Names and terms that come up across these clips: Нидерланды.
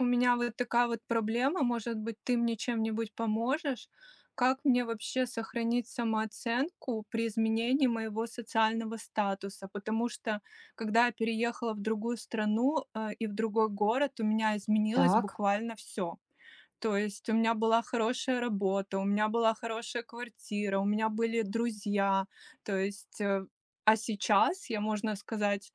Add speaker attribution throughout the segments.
Speaker 1: У меня вот такая вот проблема, может быть, ты мне чем-нибудь поможешь? Как мне вообще сохранить самооценку при изменении моего социального статуса? Потому что, когда я переехала в другую страну, и в другой город, у меня изменилось
Speaker 2: Так,
Speaker 1: буквально все. То есть у меня была хорошая работа, у меня была хорошая квартира, у меня были друзья. То есть, э, а сейчас я, можно сказать,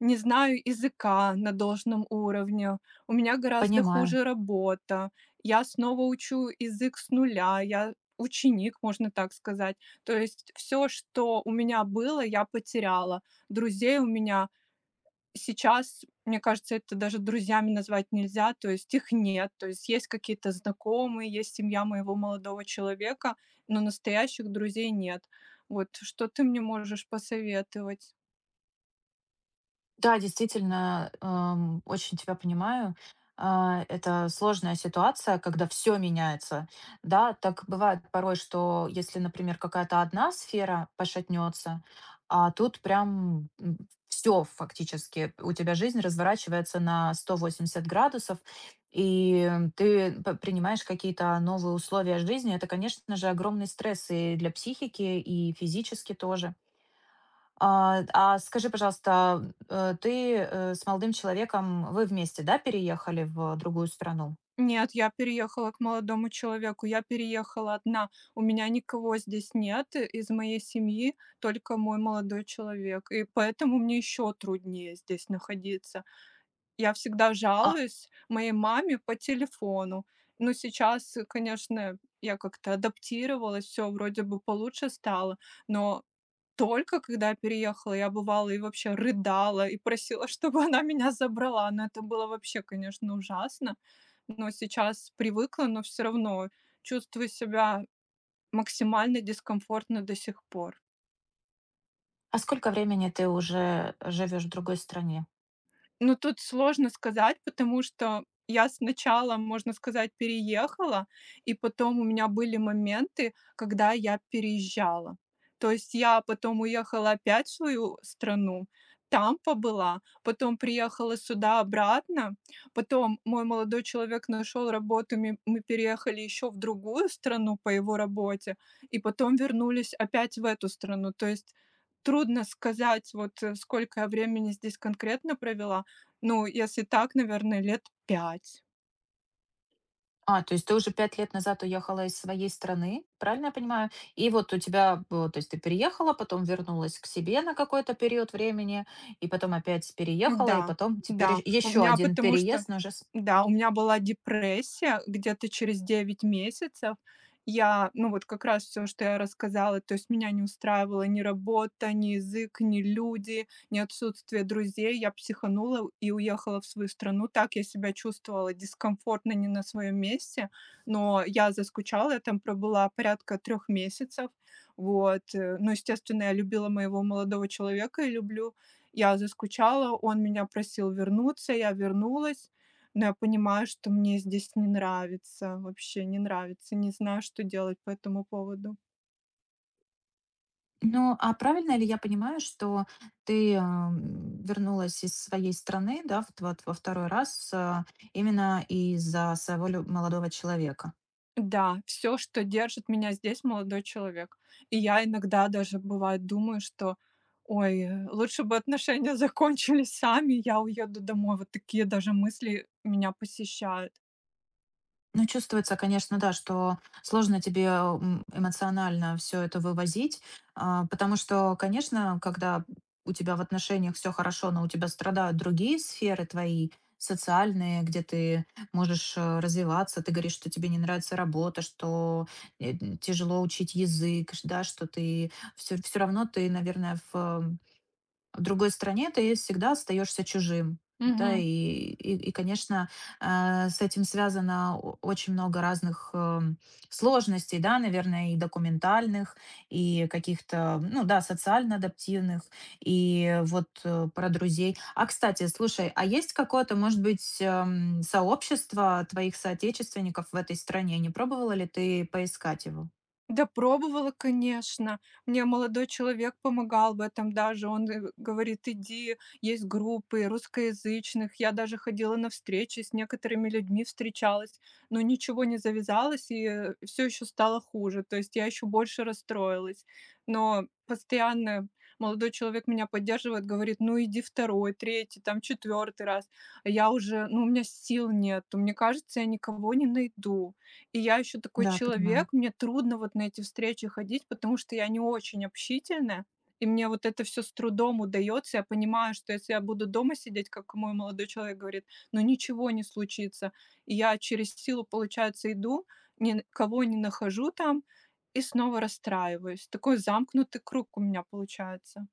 Speaker 1: не знаю языка на должном уровне, у меня гораздо
Speaker 2: понимаю.
Speaker 1: хуже работа, я снова учу язык с нуля, я ученик, можно так сказать. То есть все, что у меня было, я потеряла. Друзей у меня Сейчас, мне кажется, это даже друзьями назвать нельзя, то есть их нет. То есть есть какие-то знакомые, есть семья моего молодого человека, но настоящих друзей нет. Вот что ты мне можешь посоветовать?
Speaker 2: Да, действительно, очень тебя понимаю. Это сложная ситуация, когда все меняется. Да, так бывает порой, что если, например, какая-то одна сфера пошатнется, а тут прям все фактически, у тебя жизнь разворачивается на 180 градусов, и ты принимаешь какие-то новые условия жизни. Это, конечно же, огромный стресс и для психики, и физически тоже. А скажи, пожалуйста, ты с молодым человеком, вы вместе, да, переехали в другую страну?
Speaker 1: Нет, я переехала к молодому человеку, я переехала одна. У меня никого здесь нет, из моей семьи, только мой молодой человек. И поэтому мне еще труднее здесь находиться. Я всегда
Speaker 2: А,
Speaker 1: жалуюсь моей маме по телефону. Но сейчас, конечно, я как-то адаптировалась, все вроде бы получше стало. Но только когда я переехала, я бывала и вообще рыдала, и просила, чтобы она меня забрала. Но это было вообще, конечно, ужасно. Но сейчас привыкла, но все равно чувствую себя максимально дискомфортно до сих пор.
Speaker 2: а сколько времени ты уже живешь в другой стране?
Speaker 1: Ну, тут сложно сказать, потому что я сначала, можно сказать, переехала, и потом у меня были моменты, когда я переезжала. То есть я потом уехала опять в свою страну, там побыла, потом приехала сюда обратно, потом мой молодой человек нашел работу, мы переехали еще в другую страну по его работе, и потом вернулись опять в эту страну. То есть трудно сказать, вот сколько я времени здесь конкретно провела, ну, если так, наверное, лет 5.
Speaker 2: То есть ты уже 5 лет назад уехала из своей страны, правильно я понимаю? И вот у тебя, то есть ты переехала, потом вернулась к себе на какой-то период времени, и потом опять переехала, и
Speaker 1: Да,
Speaker 2: потом теперь
Speaker 1: да. У
Speaker 2: еще
Speaker 1: меня
Speaker 2: один
Speaker 1: потому что
Speaker 2: переезд, но уже с...
Speaker 1: да, у меня была депрессия где-то через 9 месяцев. Я, ну, вот как раз все, что я рассказала, то есть меня не устраивала ни работа, ни язык, ни люди, ни отсутствие друзей. Я психанула и уехала в свою страну. Так я себя чувствовала дискомфортно, не на своем месте, но я заскучала. Я там пробыла порядка 3 месяцев. Ну, естественно, я любила моего молодого человека и люблю. Я заскучала, он меня просил вернуться, я вернулась, но я понимаю, что мне здесь не нравится, вообще не нравится, не знаю, что делать по этому поводу.
Speaker 2: Ну, а правильно ли я понимаю, что ты, вернулась из своей страны, да, вот во второй раз, именно из-за своего лю молодого человека?
Speaker 1: Да, все, что держит меня здесь, молодой человек. И я иногда даже, бывает, думаю, что: "Ой, лучше бы отношения закончились сами, я уеду домой". Вот такие даже мысли меня посещают.
Speaker 2: Ну, чувствуется, конечно, да, что сложно тебе эмоционально все это вывозить, потому что, конечно, когда у тебя в отношениях все хорошо, но у тебя страдают другие сферы твои, социальные, где ты можешь развиваться, ты говоришь, что тебе не нравится работа, что тяжело учить язык, да, что ты все, все равно ты, наверное, в другой стране ты всегда остаешься чужим. Да, и конечно, с этим связано очень много разных сложностей, да, наверное, и документальных, и каких-то, ну да, социально адаптивных, и вот про друзей. А, кстати, слушай, а есть какое-то, может быть, сообщество твоих соотечественников в этой стране? Не пробовала ли ты поискать его?
Speaker 1: Да, пробовала, конечно. Мне молодой человек помогал в этом даже. Он, говорит, иди, есть группы русскоязычных. Я даже ходила на встречи, с некоторыми людьми встречалась, но ничего не завязалось, и все еще стало хуже. То есть я еще больше расстроилась. Но постоянно молодой человек меня поддерживает, говорит, ну иди второй, третий, там четвертый раз. А я уже, ну у меня сил нет. Мне кажется, я никого не найду. И я еще такой
Speaker 2: Да, понимаю.
Speaker 1: человек, мне трудно вот на эти встречи ходить, потому что я не очень общительная, и мне вот это все с трудом удается. Я понимаю, что если я буду дома сидеть, как мой молодой человек говорит, ну ничего не случится. И я через силу, получается, иду, никого не нахожу там и снова расстраиваюсь. Такой замкнутый круг у меня получается.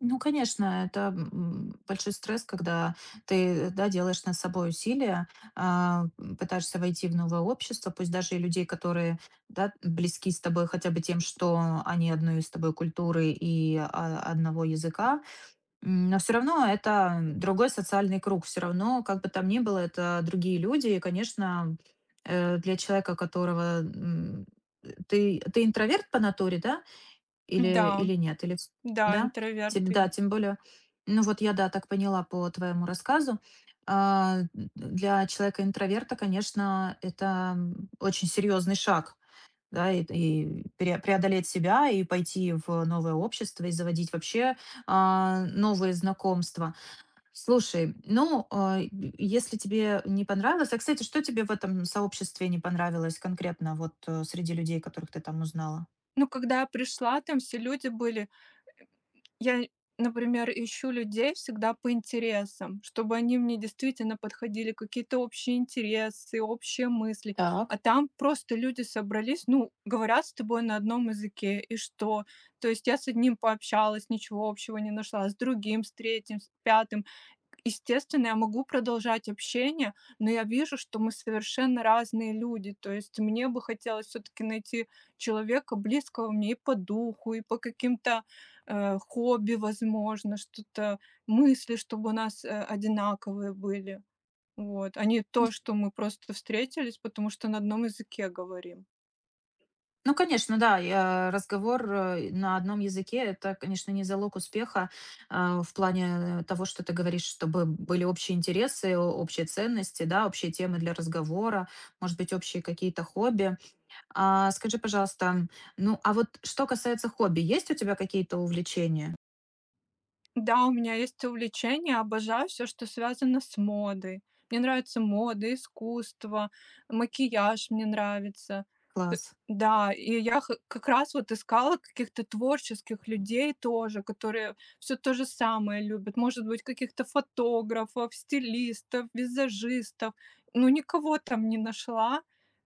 Speaker 2: Ну, конечно, это, большой стресс, когда ты, да, делаешь над собой усилия, пытаешься войти в новое общество, пусть даже и людей, которые, да, близки с тобой хотя бы тем, что они одной с тобой культуры и, одного языка. Но все равно это другой социальный круг. Все равно, как бы там ни было, это другие люди. И, конечно, для человека, которого, ты интроверт по натуре, да?
Speaker 1: Да,
Speaker 2: Или нет? Или ц
Speaker 1: да,
Speaker 2: да?
Speaker 1: интроверт
Speaker 2: Тем, да,
Speaker 1: я.
Speaker 2: тем более, ну вот я, да, так поняла по твоему рассказу. А, д Для человека-интроверта, конечно, это, очень серьезный шаг, да, и пере преодолеть себя, и пойти в новое общество, и заводить вообще, новые знакомства. Слушай, ну, а, е если тебе не понравилось, а, кстати, что тебе в этом сообществе не понравилось конкретно, вот, среди людей, которых ты там узнала?
Speaker 1: Ну, когда я пришла, там все люди были Я, например, ищу людей всегда по интересам, чтобы они мне действительно подходили, какие-то общие интересы, общие мысли.
Speaker 2: Так.
Speaker 1: А там просто люди собрались, ну, говорят с тобой на одном языке, и что? То есть я с одним пообщалась, ничего общего не нашла, с другим, с третьим, с пятым. Естественно, я могу продолжать общение, но я вижу, что мы совершенно разные люди. То есть мне бы хотелось все-таки найти человека близкого мне и по духу, и по каким-то Э, хобби, возможно, что-то, мысли, чтобы у нас, одинаковые были. Вот, а не то, что мы просто встретились, потому что на одном языке говорим.
Speaker 2: Ну, конечно, да, я разговор, на одном языке — это, конечно, не залог успеха, в плане того, что ты говоришь, чтобы были общие интересы, о общие ценности, да, общие темы для разговора, может быть, общие какие-то хобби. А, скажи, пожалуйста, ну, а вот что касается хобби, есть у тебя какие-то увлечения?
Speaker 1: Да, у меня есть увлечение, обожаю все, что связано с модой. Мне нравится мода, искусство, макияж мне нравится. Т
Speaker 2: Класс.
Speaker 1: да, и я х как раз вот искала каких-то творческих людей тоже, которые все то же самое любят. Может быть, каких-то фотографов, стилистов, визажистов, ну никого там не нашла.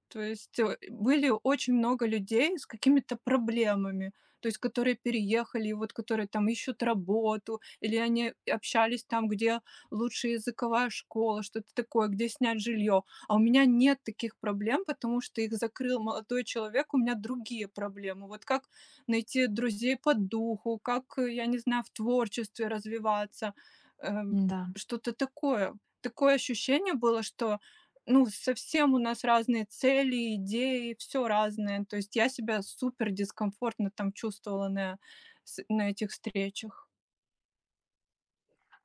Speaker 1: То есть, были очень много людей с какими-то проблемами, то есть которые переехали, и вот которые там ищут работу, или они общались там, где лучше языковая школа, что-то такое, где снять жилье. А у меня нет таких проблем, потому что их закрыл молодой человек, у меня другие проблемы. Вот как найти друзей по духу, как, я не знаю, в творчестве развиваться, эм,
Speaker 2: Да.
Speaker 1: что-то такое. Такое ощущение было, что, ну, совсем у нас разные цели, идеи, все разное. То есть я себя супер дискомфортно там чувствовала на этих встречах.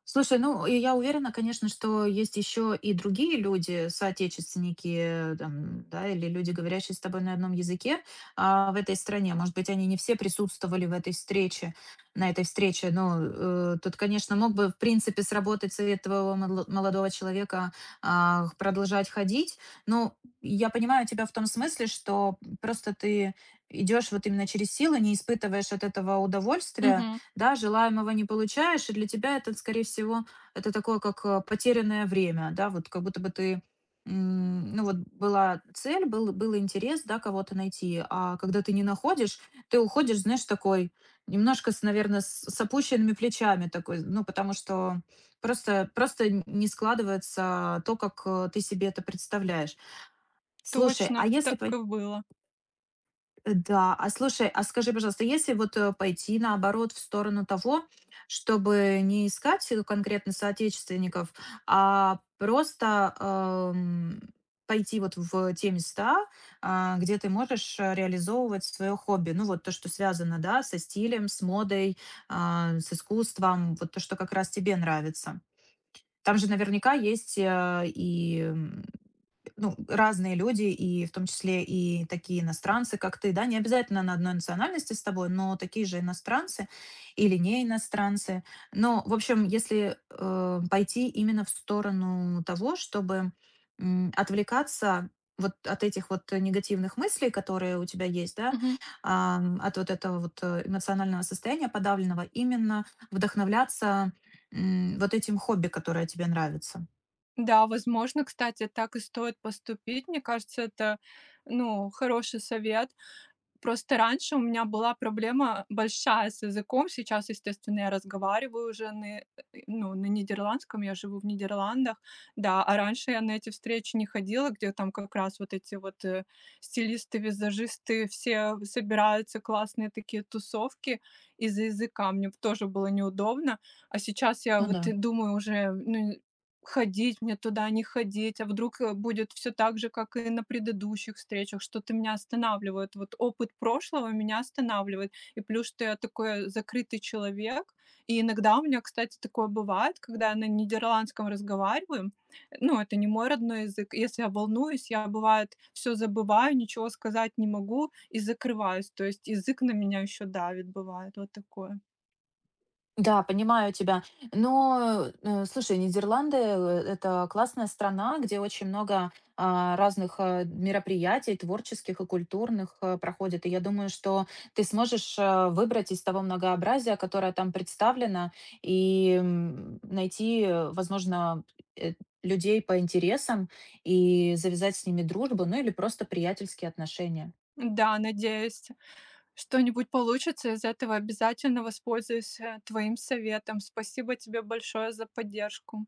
Speaker 2: Слушай, ну, и я уверена, конечно, что есть еще и другие люди, соотечественники, там, да, или люди, говорящие с тобой на одном языке, в этой стране. Может быть, они не все присутствовали в этой встрече, на этой встрече, но тут, конечно, мог бы, в принципе, сработать совет твоего молодого человека продолжать ходить. Но я понимаю тебя в том смысле, что просто ты идешь вот именно через силу, не испытываешь от этого удовольствия,
Speaker 1: Мгм.
Speaker 2: да, желаемого не получаешь, и для тебя это, скорее всего, это такое, как, потерянное время, да, вот как будто бы ты, ну вот была цель, был, был интерес, да, кого-то найти, а когда ты не находишь, ты уходишь, знаешь, такой, немножко, наверное, с опущенными плечами такой, ну, потому что просто, просто не складывается то, как, ты себе это представляешь. Слушай, а
Speaker 1: Точно,
Speaker 2: если...
Speaker 1: так и было.
Speaker 2: Да. А слушай, а скажи, пожалуйста, если вот, пойти, наоборот, в сторону того, чтобы не искать, конкретно соотечественников, а просто, пойти вот в те места, где ты можешь, реализовывать свое хобби. Ну, вот то, что связано, да, со стилем, с модой, с искусством, вот то, что как раз тебе нравится. Там же наверняка есть, ну, разные люди, и в том числе и такие иностранцы, как ты, да, не обязательно на одной национальности с тобой, но такие же иностранцы или не иностранцы. Но, в общем, если, пойти именно в сторону того, чтобы, отвлекаться вот от этих вот негативных мыслей, которые у тебя есть, да,
Speaker 1: Мгм.
Speaker 2: от вот этого вот, эмоционального состояния подавленного, именно вдохновляться вот этим хобби, которое тебе нравится.
Speaker 1: Да, возможно, кстати, так и стоит поступить. Мне кажется, это, ну, хороший совет. Просто раньше у меня была проблема большая с языком. Сейчас, естественно, я разговариваю уже на, ну, на нидерландском, я живу в Нидерландах, да. А раньше я на эти встречи не ходила, где там как раз вот эти вот, стилисты, визажисты, все собираются, классные такие тусовки из-за языка. Мне б тоже было неудобно. А сейчас я
Speaker 2: Ну да.
Speaker 1: вот и думаю уже, ну, ходить мне туда, не ходить, а вдруг, будет все так же, как и на предыдущих встречах, что-то меня останавливает. Вот опыт прошлого меня останавливает. И плюс, что я такой закрытый человек. И иногда у меня, кстати, такое бывает, когда я на нидерландском разговариваю. Ну, это не мой родной язык. Если я волнуюсь, я, бывает, все забываю, ничего сказать не могу и закрываюсь. То есть язык на меня еще давит, бывает вот такое.
Speaker 2: Да, понимаю тебя. Но, слушай, Нидерланды, это классная страна, где очень много, разных, мероприятий творческих и культурных, проходит. И я думаю, что ты сможешь, выбрать из того многообразия, которое там представлено, и, найти, возможно, э, людей по интересам и завязать с ними дружбу, ну или просто приятельские отношения.
Speaker 1: Да, надеюсь. Что-нибудь получится из этого, обязательно воспользуюсь, твоим советом. Спасибо тебе большое за поддержку.